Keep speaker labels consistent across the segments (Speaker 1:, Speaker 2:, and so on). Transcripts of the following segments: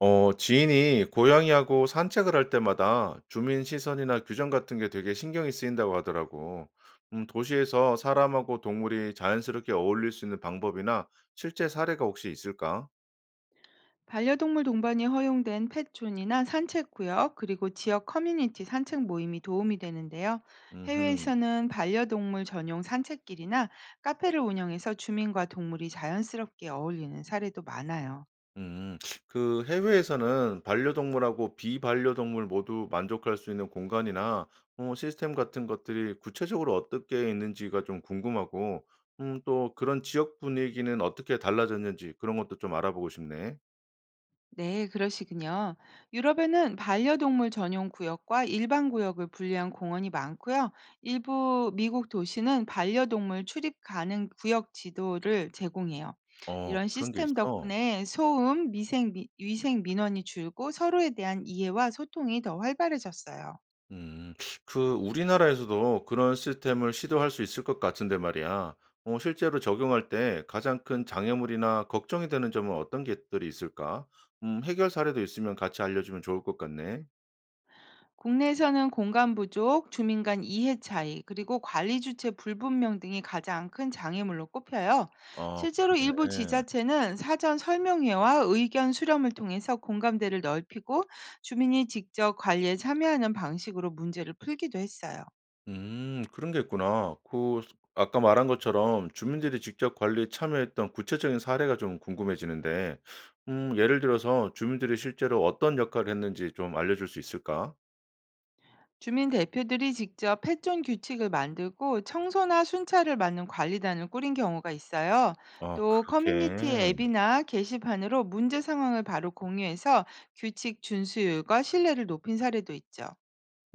Speaker 1: 지인이 고양이하고 산책을 할 때마다 주민 시선이나 규정 같은 게 되게 신경이 쓰인다고 하더라고. 도시에서 사람하고 동물이 자연스럽게 어울릴 수 있는 방법이나 실제 사례가 혹시 있을까?
Speaker 2: 반려동물 동반이 허용된 펫존이나 산책구역, 그리고 지역 커뮤니티 산책 모임이 도움이 되는데요.
Speaker 1: 음,
Speaker 2: 해외에서는 반려동물 전용 산책길이나 카페를 운영해서 주민과 동물이 자연스럽게 어울리는 사례도 많아요.
Speaker 1: 음, 그 해외에서는 반려동물하고 비반려동물 모두 만족할 수 있는 공간이나 시스템 같은 것들이 구체적으로 어떻게 있는지가 좀 궁금하고, 또 그런 지역 분위기는 어떻게 달라졌는지 그런 것도 좀 알아보고 싶네.
Speaker 2: 네, 그러시군요. 유럽에는 반려동물 전용 구역과 일반 구역을 분리한 공원이 많고요. 일부 미국 도시는 반려동물 출입 가능 구역 지도를 제공해요.
Speaker 1: 어
Speaker 2: 이런
Speaker 1: 그런 게
Speaker 2: 시스템
Speaker 1: 있어?
Speaker 2: 덕분에 소음, 위생 민원이 줄고 서로에 대한 이해와 소통이 더 활발해졌어요.
Speaker 1: 음. 그 우리나라에서도 그런 시스템을 시도할 수 있을 것 같은데 말이야. 실제로 적용할 때 가장 큰 장애물이나 걱정이 되는 점은 어떤 것들이 있을까? 해결 사례도 있으면 같이 알려주면 좋을 것 같네.
Speaker 2: 국내에서는 공간 부족, 주민 간 이해 차이, 그리고 관리 주체 불분명 등이 가장 큰 장애물로 꼽혀요.
Speaker 1: 아
Speaker 2: 실제로 일부
Speaker 1: 그래.
Speaker 2: 지자체는 사전 설명회와 의견 수렴을 통해서 공감대를 넓히고 주민이 직접 관리에 참여하는 방식으로 문제를 풀기도 했어요.
Speaker 1: 그런 게 있구나. 그 아까 말한 것처럼 주민들이 직접 관리에 참여했던 구체적인 사례가 좀 궁금해지는데 예를 들어서 주민들이 실제로 어떤 역할을 했는지 좀 알려줄 수 있을까?
Speaker 2: 주민 대표들이 직접 폐존 규칙을 만들고 청소나 순찰을 맡는 관리단을 꾸린 경우가 있어요.
Speaker 1: 아
Speaker 2: 또 커뮤니티
Speaker 1: 그렇게.
Speaker 2: 앱이나 게시판으로 문제 상황을 바로 공유해서 규칙 준수율과 신뢰를 높인 사례도 있죠.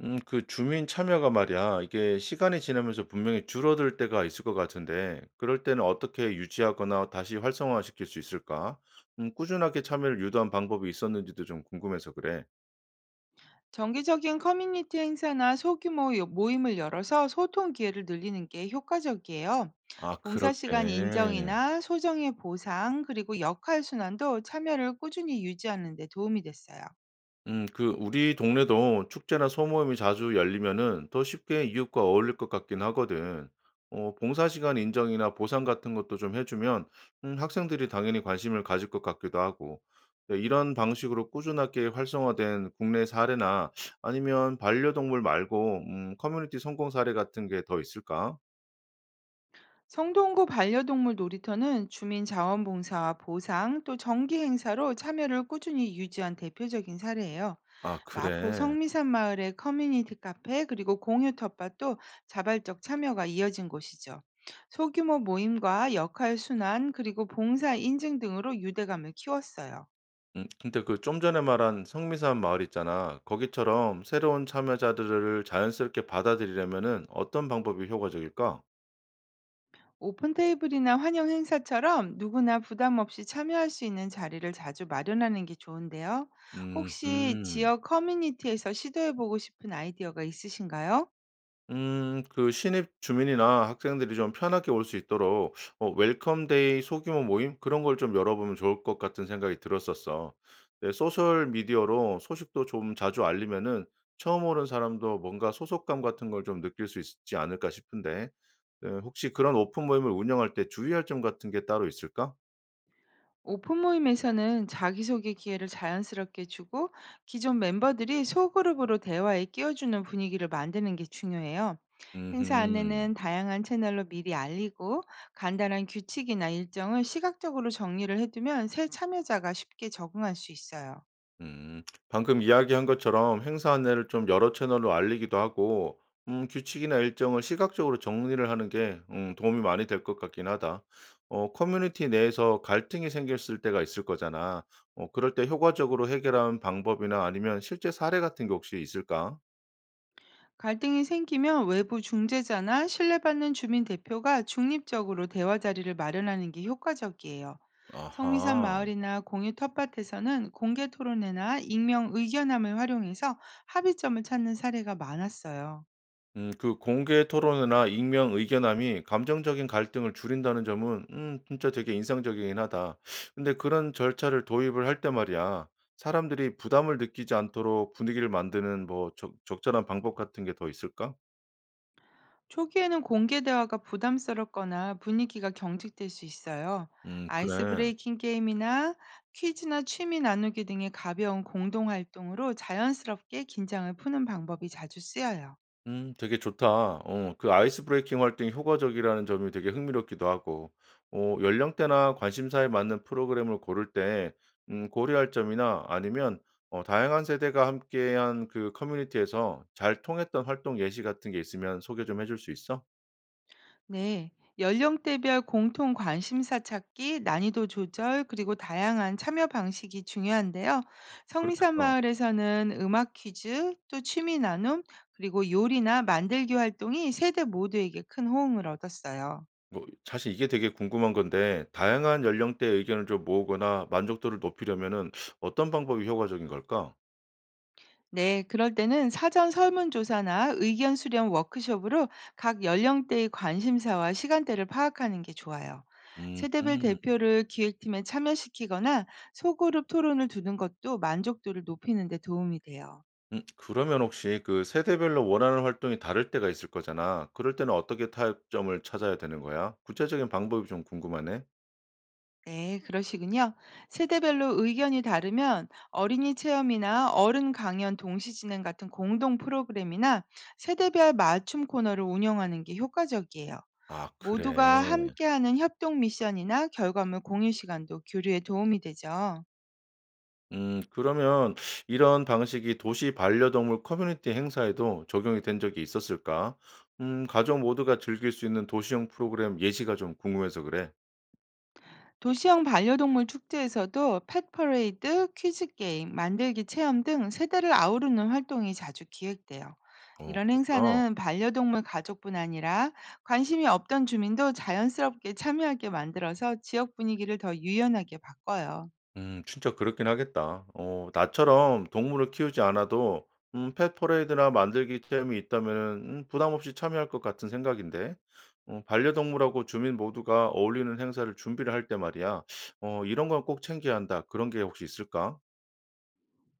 Speaker 1: 그 주민 참여가 말이야, 이게 시간이 지나면서 분명히 줄어들 때가 있을 것 같은데, 그럴 때는 어떻게 유지하거나 다시 활성화시킬 수 있을까? 꾸준하게 참여를 유도한 방법이 있었는지도 좀 궁금해서 그래.
Speaker 2: 정기적인 커뮤니티 행사나 모임을 열어서 소통 기회를 늘리는 게 효과적이에요.
Speaker 1: 아 그렇게.
Speaker 2: 봉사시간 인정이나 소정의 보상, 그리고 역할 순환도 참여를 꾸준히 유지하는 데 도움이 됐어요.
Speaker 1: 그 우리 동네도 축제나 소모임이 자주 열리면은 더 쉽게 이웃과 어울릴 것 같긴 하거든. 봉사시간 인정이나 보상 같은 것도 좀 해주면 학생들이 당연히 관심을 가질 것 같기도 하고. 네, 이런 방식으로 꾸준하게 활성화된 국내 사례나 아니면 반려동물 말고 커뮤니티 성공 사례 같은 게 더 있을까?
Speaker 2: 성동구 반려동물 놀이터는 주민 자원봉사와 보상 또 정기 행사로 참여를 꾸준히 유지한 대표적인 사례예요.
Speaker 1: 아,
Speaker 2: 마포
Speaker 1: 그래.
Speaker 2: 성미산 마을의 커뮤니티 카페 그리고 공유 텃밭도 자발적 참여가 이어진 곳이죠. 소규모 모임과 역할 순환 그리고 봉사 인증 등으로 유대감을 키웠어요.
Speaker 1: 근데 그 좀 전에 말한 성미산 마을 있잖아. 거기처럼 새로운 참여자들을 자연스럽게 받아들이려면은 어떤 방법이 효과적일까?
Speaker 2: 오픈 테이블이나 환영 행사처럼 누구나 부담 없이 참여할 수 있는 자리를 자주 마련하는 게 좋은데요.
Speaker 1: 음
Speaker 2: 혹시
Speaker 1: 음.
Speaker 2: 지역 커뮤니티에서 시도해보고 싶은 아이디어가 있으신가요?
Speaker 1: 그 신입 주민이나 학생들이 좀 편하게 올 수 있도록 웰컴 데이 소규모 모임 그런 걸 좀 열어 보면 좋을 것 같은 생각이 들었었어. 네, 소셜 미디어로 소식도 좀 자주 알리면은 처음 오는 사람도 뭔가 소속감 같은 걸 좀 느낄 수 있지 않을까 싶은데, 네, 혹시 그런 오픈 모임을 운영할 때 주의할 점 같은 게 따로 있을까?
Speaker 2: 오픈 모임에서는 자기소개 기회를 자연스럽게 주고 기존 멤버들이 소그룹으로 대화에 끼워주는 분위기를 만드는 게 중요해요. 행사 안내는
Speaker 1: 음
Speaker 2: 다양한 채널로 미리 알리고 간단한 규칙이나 일정을 시각적으로 정리를 해두면 새 참여자가 쉽게 적응할 수 있어요.
Speaker 1: 음, 방금 이야기한 것처럼 행사 안내를 좀 여러 채널로 알리기도 하고, 규칙이나 일정을 시각적으로 정리를 하는 게 도움이 많이 될 것 같긴 하다. 커뮤니티 내에서 갈등이 생겼을 때가 있을 거잖아. 그럴 때 효과적으로 해결한 방법이나 아니면 실제 사례 같은 게 혹시 있을까?
Speaker 2: 갈등이 생기면 외부 중재자나 신뢰받는 주민 대표가 중립적으로 대화 자리를 마련하는 게 효과적이에요. 성미산
Speaker 1: 아하.
Speaker 2: 마을이나 공유 텃밭에서는 공개 토론회나 익명 의견함을 활용해서 합의점을 찾는 사례가 많았어요.
Speaker 1: 그 공개 토론이나 익명 의견함이 감정적인 갈등을 줄인다는 점은, 진짜 되게 인상적이긴 하다. 근데 그런 절차를 도입을 할 때 말이야, 사람들이 부담을 느끼지 않도록 분위기를 만드는 뭐 절한 방법 같은 게 더 있을까?
Speaker 2: 초기에는 공개 대화가 부담스럽거나 분위기가 경직될 수 있어요. 아이스
Speaker 1: 그래.
Speaker 2: 브레이킹 게임이나 퀴즈나 취미 나누기 등의 가벼운 공동 활동으로 자연스럽게 긴장을 푸는 방법이 자주 쓰여요.
Speaker 1: 되게 좋다. 그 아이스 브레이킹 활동이 효과적이라는 점이 되게 흥미롭기도 하고 연령대나 관심사에 맞는 프로그램을 고를 때 고려할 점이나 아니면 다양한 세대가 함께한 그 커뮤니티에서 잘 통했던 활동 예시 같은 게 있으면 소개 좀 해줄 수 있어?
Speaker 2: 네, 연령대별 공통 관심사 찾기, 난이도 조절, 그리고 다양한 참여 방식이 중요한데요. 성미산
Speaker 1: 그렇겠다.
Speaker 2: 마을에서는 음악 퀴즈, 또 취미 나눔, 그리고 요리나 만들기 활동이 세대 모두에게 큰 호응을 얻었어요.
Speaker 1: 뭐 사실 이게 되게 궁금한 건데 다양한 연령대의 의견을 좀 모으거나 만족도를 높이려면은 어떤 방법이 효과적인 걸까?
Speaker 2: 네, 그럴 때는 사전 설문조사나 의견 수렴 워크숍으로 각 연령대의 관심사와 시간대를 파악하는 게 좋아요. 세대별
Speaker 1: 음
Speaker 2: 대표를 기획팀에 참여시키거나 소그룹 토론을 두는 것도 만족도를 높이는 데 도움이 돼요.
Speaker 1: 그러면 혹시 그 세대별로 원하는 활동이 다를 때가 있을 거잖아. 그럴 때는 어떻게 타협점을 찾아야 되는 거야? 구체적인 방법이 좀 궁금하네.
Speaker 2: 네, 그러시군요. 세대별로 의견이 다르면 어린이 체험이나 어른 강연 동시 진행 같은 공동 프로그램이나 세대별 맞춤 코너를 운영하는 게 효과적이에요.
Speaker 1: 아 그래.
Speaker 2: 모두가 함께하는 협동 미션이나 결과물 공유 시간도 교류에 도움이 되죠.
Speaker 1: 그러면 이런 방식이 도시 반려동물 커뮤니티 행사에도 적용이 된 적이 있었을까? 가족 모두가 즐길 수 있는 도시형 프로그램 예시가 좀 궁금해서 그래.
Speaker 2: 도시형 반려동물 축제에서도 펫 퍼레이드, 퀴즈 게임, 만들기 체험 등 세대를 아우르는 활동이 자주 기획돼요.
Speaker 1: 어
Speaker 2: 이런
Speaker 1: 그렇구나.
Speaker 2: 행사는 반려동물 가족뿐 아니라 관심이 없던 주민도 자연스럽게 참여하게 만들어서 지역 분위기를 더 유연하게 바꿔요.
Speaker 1: 진짜 그렇긴 하겠다. 나처럼 동물을 키우지 않아도 펫 퍼레이드나 만들기 체험이 있다면 부담 없이 참여할 것 같은 생각인데. 반려동물하고 주민 모두가 어울리는 행사를 준비를 할 때 말이야. '이런 건 꼭 챙겨야 한다.' 그런 게 혹시 있을까?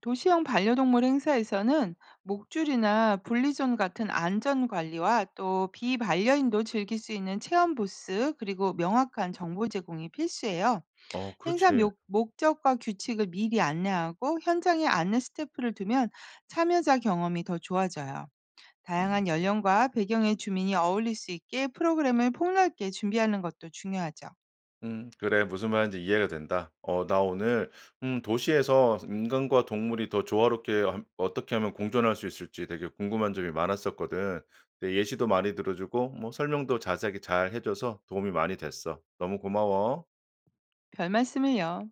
Speaker 2: 도시형 반려동물 행사에서는 목줄이나 분리존 같은 안전 관리와 또 비반려인도 즐길 수 있는 체험 부스 그리고 명확한 정보 제공이 필수예요.
Speaker 1: 어 그렇지.
Speaker 2: 목적과 규칙을 미리 안내하고 현장에 안내 스태프를 두면 참여자 경험이 더 좋아져요.
Speaker 1: 음.
Speaker 2: 다양한 연령과 배경의 주민이 어울릴 수 있게 프로그램을 폭넓게 준비하는 것도 중요하죠.
Speaker 1: 그래. 무슨 말인지 이해가 된다. 나 오늘, 도시에서 인간과 동물이 더 조화롭게 어떻게 하면 공존할 수 있을지 되게 궁금한 점이 많았었거든. 내 예시도 많이 들어주고, 뭐, 설명도 자세하게 잘 해줘서 도움이 많이 됐어. 너무 고마워.
Speaker 2: 별 말씀을요.